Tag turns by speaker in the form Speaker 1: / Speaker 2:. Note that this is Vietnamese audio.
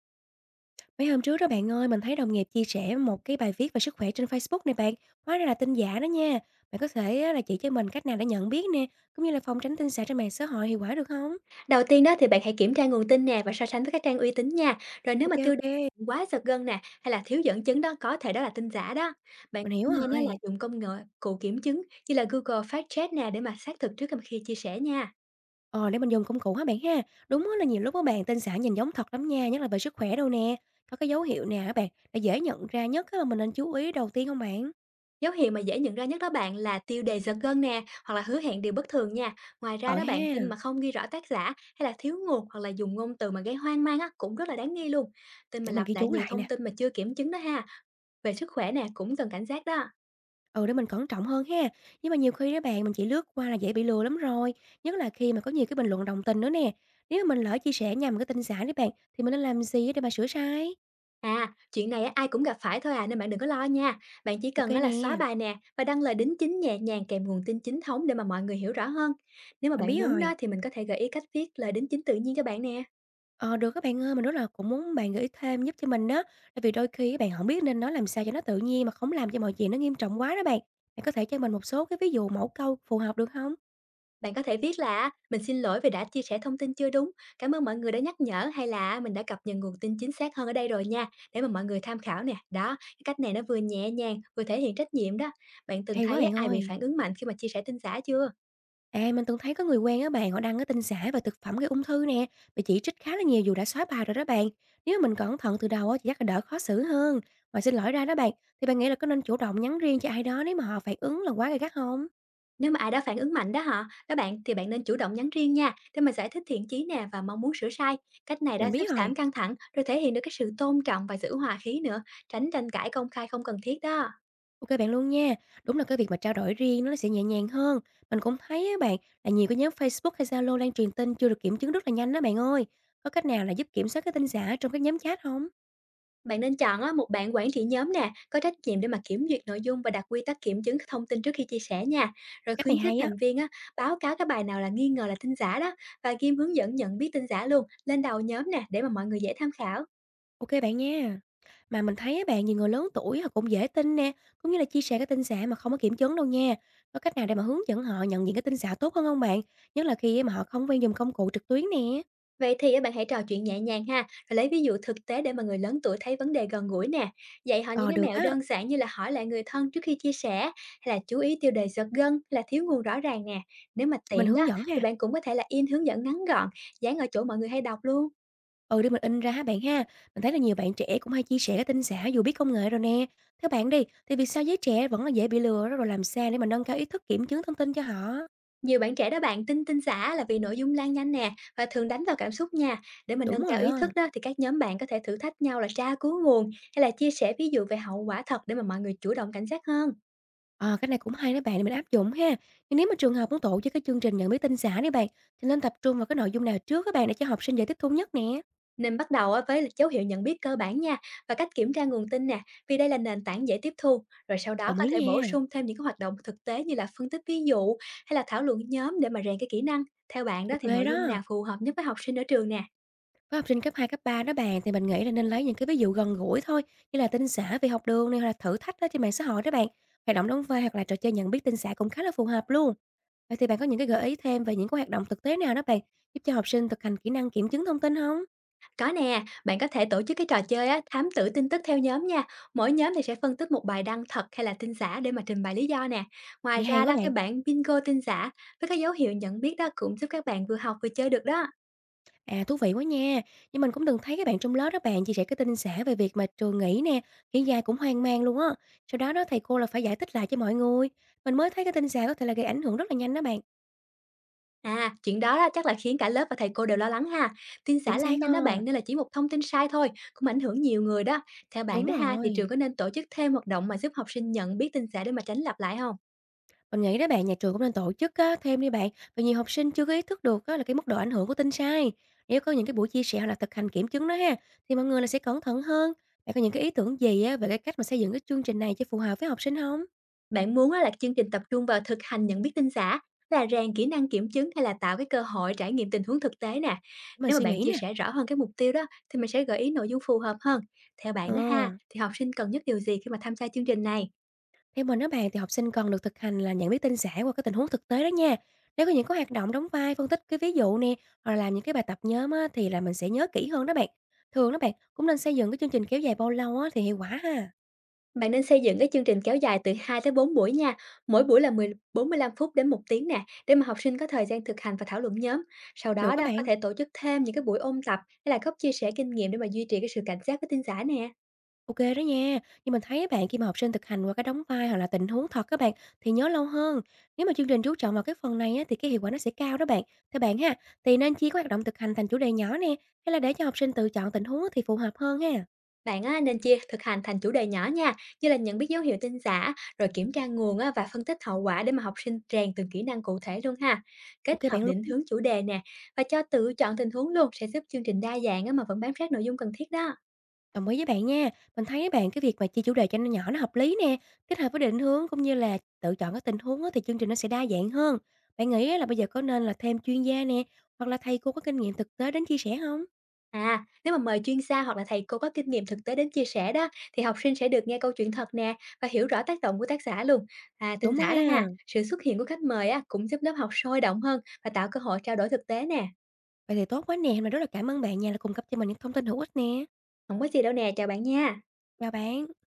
Speaker 1: Mấy hôm trước đó bạn ơi, mình thấy đồng nghiệp chia sẻ một cái bài viết về sức khỏe trên Facebook này bạn, hóa ra là tin giả đó nha. Bạn có thể á, là chỉ cho mình cách nào để nhận biết nè, cũng như là phòng tránh tin giả trên mạng xã hội hiệu quả được không?
Speaker 2: Đầu tiên đó thì bạn hãy kiểm tra nguồn tin nè và so sánh với các trang uy tín nha. Rồi nếu mà
Speaker 1: Ok
Speaker 2: tiêu đề
Speaker 1: ok,
Speaker 2: quá giật gân nè, hay là thiếu dẫn chứng đó, có thể đó là tin giả đó. Bạn
Speaker 1: mình hiểu
Speaker 2: cũng nên đó là
Speaker 1: rồi.
Speaker 2: dùng công nghệ cụ kiểm chứng như là Google Fact Check nè, để mà xác thực trước khi chia sẻ nha.
Speaker 1: Ờ, để mình dùng công cụ hả bạn ha. Đúng á là nhiều lúc các bạn tin giả nhìn giống thật lắm nha, nhất là về sức khỏe đâu nè. Có cái dấu hiệu nào hả bạn để dễ nhận ra nhất á mà mình nên chú ý đầu tiên không bạn?
Speaker 2: Dấu hiệu mà dễ nhận ra nhất đó bạn là tiêu đề giật gân nè, hoặc là hứa hẹn điều bất thường nha. Ngoài ra
Speaker 1: Ờ
Speaker 2: đó bạn, tin mà
Speaker 1: ha,
Speaker 2: không ghi rõ tác giả hay là thiếu nguồn, hoặc là dùng ngôn từ mà gây hoang mang á, cũng rất là đáng nghi luôn. Tin mà
Speaker 1: để mình
Speaker 2: lặp
Speaker 1: ghi
Speaker 2: lại
Speaker 1: chú
Speaker 2: nhiều
Speaker 1: lại
Speaker 2: thông
Speaker 1: nè.
Speaker 2: tin mà chưa kiểm chứng đó ha. Về sức khỏe nè cũng cần cảnh giác đó.
Speaker 1: Ừ, để mình cẩn trọng hơn ha. Nhưng mà nhiều khi đó bạn, mình chỉ lướt qua là dễ bị lừa lắm rồi. Nhất là khi mà có nhiều cái bình luận đồng tình nữa nè. Nếu mà mình lỡ chia sẻ nhầm cái tin giả đấy bạn, thì mình nên làm gì để mà sửa sai?
Speaker 2: À, chuyện này á, ai cũng gặp phải thôi à, nên bạn đừng có lo nha. Bạn chỉ
Speaker 1: Ok
Speaker 2: cần á là xóa
Speaker 1: nè,
Speaker 2: bài nè, và đăng lời đính chính nhẹ nhàng kèm nguồn tin chính thống, để mà mọi người hiểu rõ hơn. Nếu mà
Speaker 1: mình
Speaker 2: bạn
Speaker 1: biết
Speaker 2: muốn đó,
Speaker 1: rồi.
Speaker 2: thì mình có thể gợi ý cách viết lời đính chính tự nhiên cho bạn nè.
Speaker 1: Ờ, được các bạn ơi, mình rất là cũng muốn bạn gợi ý thêm giúp cho mình đó. Tại vì đôi khi các bạn không biết nên nói làm sao cho nó tự nhiên mà không làm cho mọi chuyện nó nghiêm trọng quá đó bạn. Bạn có thể cho mình một số cái ví dụ mẫu câu phù hợp được không?
Speaker 2: Bạn có thể viết là: mình xin lỗi vì đã chia sẻ thông tin chưa đúng, cảm ơn mọi người đã nhắc nhở, hay là mình đã cập nhật nguồn tin chính xác hơn ở đây rồi nha, để mà mọi người tham khảo nè. Đó, cái cách này nó vừa nhẹ nhàng, vừa thể hiện trách nhiệm đó. Bạn từng
Speaker 1: Hay quá
Speaker 2: thấy á,
Speaker 1: bạn
Speaker 2: ai bị
Speaker 1: ơi.
Speaker 2: phản ứng mạnh khi mà chia sẻ tin giả chưa?
Speaker 1: À, mình từng thấy có người quen á bạn, họ đăng cái tin giả về thực phẩm gây ung thư nè, bị chỉ trích khá là nhiều dù đã xóa bài rồi đó bạn. Nếu mà mình cẩn thận từ đầu á thì chắc là đỡ khó xử hơn. Mà xin lỗi ra đó bạn, thì bạn nghĩ là có nên chủ động nhắn riêng cho ai đó nếu mà họ phản ứng là quá gay gắt không?
Speaker 2: Nếu mà ai đó phản ứng mạnh đó hả các bạn, thì bạn nên chủ động nhắn riêng nha, để mà giải thích thiện chí nè và mong muốn sửa sai. Cách này đã
Speaker 1: Mình
Speaker 2: giúp
Speaker 1: biết rồi.
Speaker 2: giảm căng thẳng, rồi thể hiện được cái sự tôn trọng và giữ hòa khí nữa, tránh tranh cãi công khai không cần thiết đó.
Speaker 1: Ok bạn luôn nha. Đúng là cái việc mà trao đổi riêng nó sẽ nhẹ nhàng hơn. Mình cũng thấy á bạn, là nhiều cái nhóm Facebook hay Zalo lan truyền tin chưa được kiểm chứng rất là nhanh đó bạn ơi. Có cách nào là giúp kiểm soát cái tin giả trong các nhóm chat không?
Speaker 2: Bạn nên chọn á, một bạn quản trị nhóm nè, có trách nhiệm để mà kiểm duyệt nội dung và đặt quy tắc kiểm chứng thông tin trước khi chia sẻ nha. Rồi
Speaker 1: Cách này
Speaker 2: khuyến khích
Speaker 1: hay á.
Speaker 2: thành viên á, báo cáo cái bài nào là nghi ngờ là tin giả đó, và ghim hướng dẫn nhận biết tin giả luôn lên đầu nhóm nè, để mà mọi người dễ tham khảo.
Speaker 1: Ok bạn nha. Mà mình thấy á bạn, nhiều người lớn tuổi họ cũng dễ tin nè, cũng như là chia sẻ cái tin giả mà không có kiểm chứng đâu nha. Có cách nào để mà hướng dẫn họ nhận diện cái tin giả tốt hơn không bạn? Nhất là khi mà họ không quen dùng công cụ trực tuyến nè.
Speaker 2: Vậy thì á, bạn hãy trò chuyện nhẹ nhàng ha, rồi lấy ví dụ thực tế để mà người lớn tuổi thấy vấn đề gần gũi nè. Dạy họ những
Speaker 1: Ờ,
Speaker 2: cái
Speaker 1: được
Speaker 2: mẹo
Speaker 1: á,
Speaker 2: đơn giản, như là hỏi lại người thân trước khi chia sẻ, hay là chú ý tiêu đề giật gân, hay là thiếu nguồn rõ ràng nè. Nếu mà
Speaker 1: để mình
Speaker 2: tiện
Speaker 1: hướng
Speaker 2: đó,
Speaker 1: dẫn
Speaker 2: thì
Speaker 1: ha.
Speaker 2: bạn cũng có thể là in hướng dẫn ngắn gọn, dán ở chỗ mọi người hay đọc luôn.
Speaker 1: Ừ, để mình in ra ha bạn ha. Mình thấy là nhiều bạn trẻ cũng hay chia sẻ cái tin giả dù biết công nghệ rồi nè. Theo bạn đi, thì vì sao giới trẻ vẫn là dễ bị lừa đó, rồi làm sao để mà nâng cao ý thức kiểm chứng thông tin cho họ?
Speaker 2: Nhiều bạn trẻ đó bạn, tin tin giả là vì nội dung lan nhanh nè, và thường đánh vào cảm xúc nha. Để mà
Speaker 1: Đúng
Speaker 2: nâng cao
Speaker 1: rồi
Speaker 2: ý thức
Speaker 1: á.
Speaker 2: đó, thì các nhóm bạn có thể thử thách nhau là tra cứu nguồn, hay là chia sẻ ví dụ về hậu quả thật, để mà mọi người chủ động cảnh giác hơn.
Speaker 1: Ờ, cái này cũng hay đó bạn, để mình áp dụng ha. Nhưng nếu mà trường học muốn tổ chức cái chương trình nhận biết tin giả đi bạn, thì nên tập trung vào cái nội dung nào trước các bạn để cho học sinh dễ tiếp thu nhất nè.
Speaker 2: Nên bắt đầu á với là dấu hiệu nhận biết cơ bản nha, và cách kiểm tra nguồn tin nè, vì đây là nền tảng dễ tiếp thu. Rồi sau đó
Speaker 1: Đồng
Speaker 2: có
Speaker 1: ý
Speaker 2: thể bổ
Speaker 1: nha.
Speaker 2: sung thêm những cái hoạt động thực tế, như là phân tích ví dụ hay là thảo luận nhóm, để mà rèn cái kỹ năng. Theo bạn đó
Speaker 1: Ok
Speaker 2: thì nội dung
Speaker 1: đó.
Speaker 2: nào phù hợp nhất với học sinh ở trường nè?
Speaker 1: Với học sinh cấp 2 cấp 3 đó bạn thì mình nghĩ là nên lấy những cái ví dụ gần gũi thôi, như là tin giả về học đường này hoặc là thử thách đó trên mạng xã hội đó bạn. Hoạt động đóng vai hoặc là trò chơi nhận biết tin giả cũng khá là phù hợp luôn. Vậy thì bạn có những cái gợi ý thêm về những cái hoạt động thực tế nào đó bạn, giúp cho học sinh thực hành kỹ năng kiểm chứng thông tin không?
Speaker 2: Có nè, bạn có thể tổ chức cái trò chơi á, thám tử tin tức theo nhóm nha. Mỗi nhóm thì sẽ phân tích một bài đăng thật hay là tin giả, để mà trình bày lý do nè. Ngoài
Speaker 1: Nghe hay
Speaker 2: ra
Speaker 1: quá
Speaker 2: đó, cái
Speaker 1: bạn.
Speaker 2: bạn bingo tin giả với các dấu hiệu nhận biết đó cũng giúp các bạn vừa học vừa chơi được đó.
Speaker 1: À, thú vị quá nha! Nhưng mình cũng từng thấy các bạn trong lớp đó bạn chia sẻ cái tin xả về việc mà trường nghỉ nè, khiến ai cũng hoang mang luôn á. Sau đó đó thầy cô là phải giải thích lại cho mọi người. Mình mới thấy cái tin xả có thể là gây ảnh hưởng rất là nhanh đó bạn.
Speaker 2: À, chuyện đó á, chắc là khiến cả lớp và thầy cô đều lo lắng ha. Tin xả
Speaker 1: Chính
Speaker 2: lan
Speaker 1: xác
Speaker 2: nhanh
Speaker 1: á.
Speaker 2: đó bạn, nên là chỉ một thông tin sai thôi, cũng ảnh hưởng nhiều người đó. Theo bạn
Speaker 1: Đúng
Speaker 2: đó ha, thì
Speaker 1: rồi.
Speaker 2: trường có nên tổ chức thêm hoạt động mà giúp học sinh nhận biết tin xả, để mà tránh lặp lại không?
Speaker 1: Mình nghĩ đó bạn, nhà trường cũng nên tổ chức á, thêm đi bạn, vì nhiều học sinh chưa có ý thức được á, là cái mức độ ảnh hưởng của tin sai. Nếu có những cái buổi chia sẻ hoặc là thực hành kiểm chứng đó ha, thì mọi người là sẽ cẩn thận hơn. Bạn có những cái ý tưởng gì á, về cái cách mà xây dựng cái chương trình này cho phù hợp với học sinh không?
Speaker 2: Bạn muốn á là chương trình tập trung vào thực hành nhận biết tin xả, là rèn kỹ năng kiểm chứng, hay là tạo cái cơ hội trải nghiệm tình huống thực tế nè?
Speaker 1: Để mình
Speaker 2: Nếu mà
Speaker 1: suy
Speaker 2: bạn
Speaker 1: nghĩ
Speaker 2: chia
Speaker 1: nè.
Speaker 2: sẻ rõ hơn cái mục tiêu đó, thì mình sẽ gợi ý nội dung phù hợp hơn. Theo bạn
Speaker 1: Ờ.
Speaker 2: đó ha, thì học sinh cần nhất điều gì khi mà tham gia chương trình này?
Speaker 1: Theo mình á bạn thì học sinh còn được thực hành là nhận biết tin giả qua các tình huống thực tế đó nha. Nếu có những cái hoạt động đóng vai, phân tích cái ví dụ nè, hoặc là làm những cái bài tập nhóm á, thì là mình sẽ nhớ kỹ hơn đó bạn. Thường đó bạn cũng nên xây dựng cái chương trình kéo dài bao lâu á, thì hiệu quả ha.
Speaker 2: Bạn nên xây dựng cái chương trình kéo dài từ 2 tới 4 buổi nha, mỗi buổi là 10 45 phút đến 1 tiếng nè, để mà học sinh có thời gian thực hành và thảo luận nhóm. Sau
Speaker 1: Được
Speaker 2: đó
Speaker 1: các
Speaker 2: đó
Speaker 1: bạn,
Speaker 2: có thể tổ chức thêm những cái buổi ôn tập, hay là góc chia sẻ kinh nghiệm, để mà duy trì cái sự cảnh giác với tin giả nè.
Speaker 1: ok đó nha. Nhưng mình thấy á bạn, khi mà học sinh thực hành qua cái đóng vai hoặc là tình huống thật các bạn thì nhớ lâu hơn. Nếu mà chương trình chú trọng vào cái phần này á, thì cái hiệu quả nó sẽ cao đó bạn. Theo bạn ha, thì nên chia các hoạt động thực hành thành chủ đề nhỏ nè, hay là để cho học sinh tự chọn tình huống á thì phù hợp hơn ha?
Speaker 2: Bạn á, nên chia thực hành thành chủ đề nhỏ nha, như là nhận biết dấu hiệu tin giả, rồi kiểm tra nguồn á, và phân tích hậu quả, để mà học sinh rèn từng kỹ năng cụ thể luôn ha. Kết
Speaker 1: Ok
Speaker 2: hợp
Speaker 1: bạn luôn.
Speaker 2: định hướng chủ đề nè, và cho tự chọn tình huống luôn, sẽ giúp chương trình đa dạng á, mà vẫn bám sát nội dung cần thiết đó.
Speaker 1: Đồng ý với bạn nha. Mình thấy bạn, cái việc mà chia chủ đề cho nó nhỏ nó hợp lý nè, kết hợp với định hướng cũng như là tự chọn các tình huống á, thì chương trình nó sẽ đa dạng hơn. Bạn nghĩ á là bây giờ có nên là thêm chuyên gia nè, hoặc là thầy cô có kinh nghiệm thực tế đến chia sẻ không?
Speaker 2: À, nếu mà mời chuyên gia hoặc là thầy cô có kinh nghiệm thực tế đến chia sẻ đó, thì học sinh sẽ được nghe câu chuyện thật nè, và hiểu rõ tác động của tác giả luôn. À, tin
Speaker 1: Đúng quá
Speaker 2: giả đó
Speaker 1: ha.
Speaker 2: ha, sự xuất hiện của khách mời á, cũng giúp lớp học sôi động hơn và tạo cơ hội trao đổi thực tế nè.
Speaker 1: Vậy thì tốt quá nè, mình rất là cảm ơn bạn nha, đã cung cấp cho mình những thông tin hữu ích nè.
Speaker 2: Không có gì đâu nè, chào bạn nha.
Speaker 1: Chào bạn.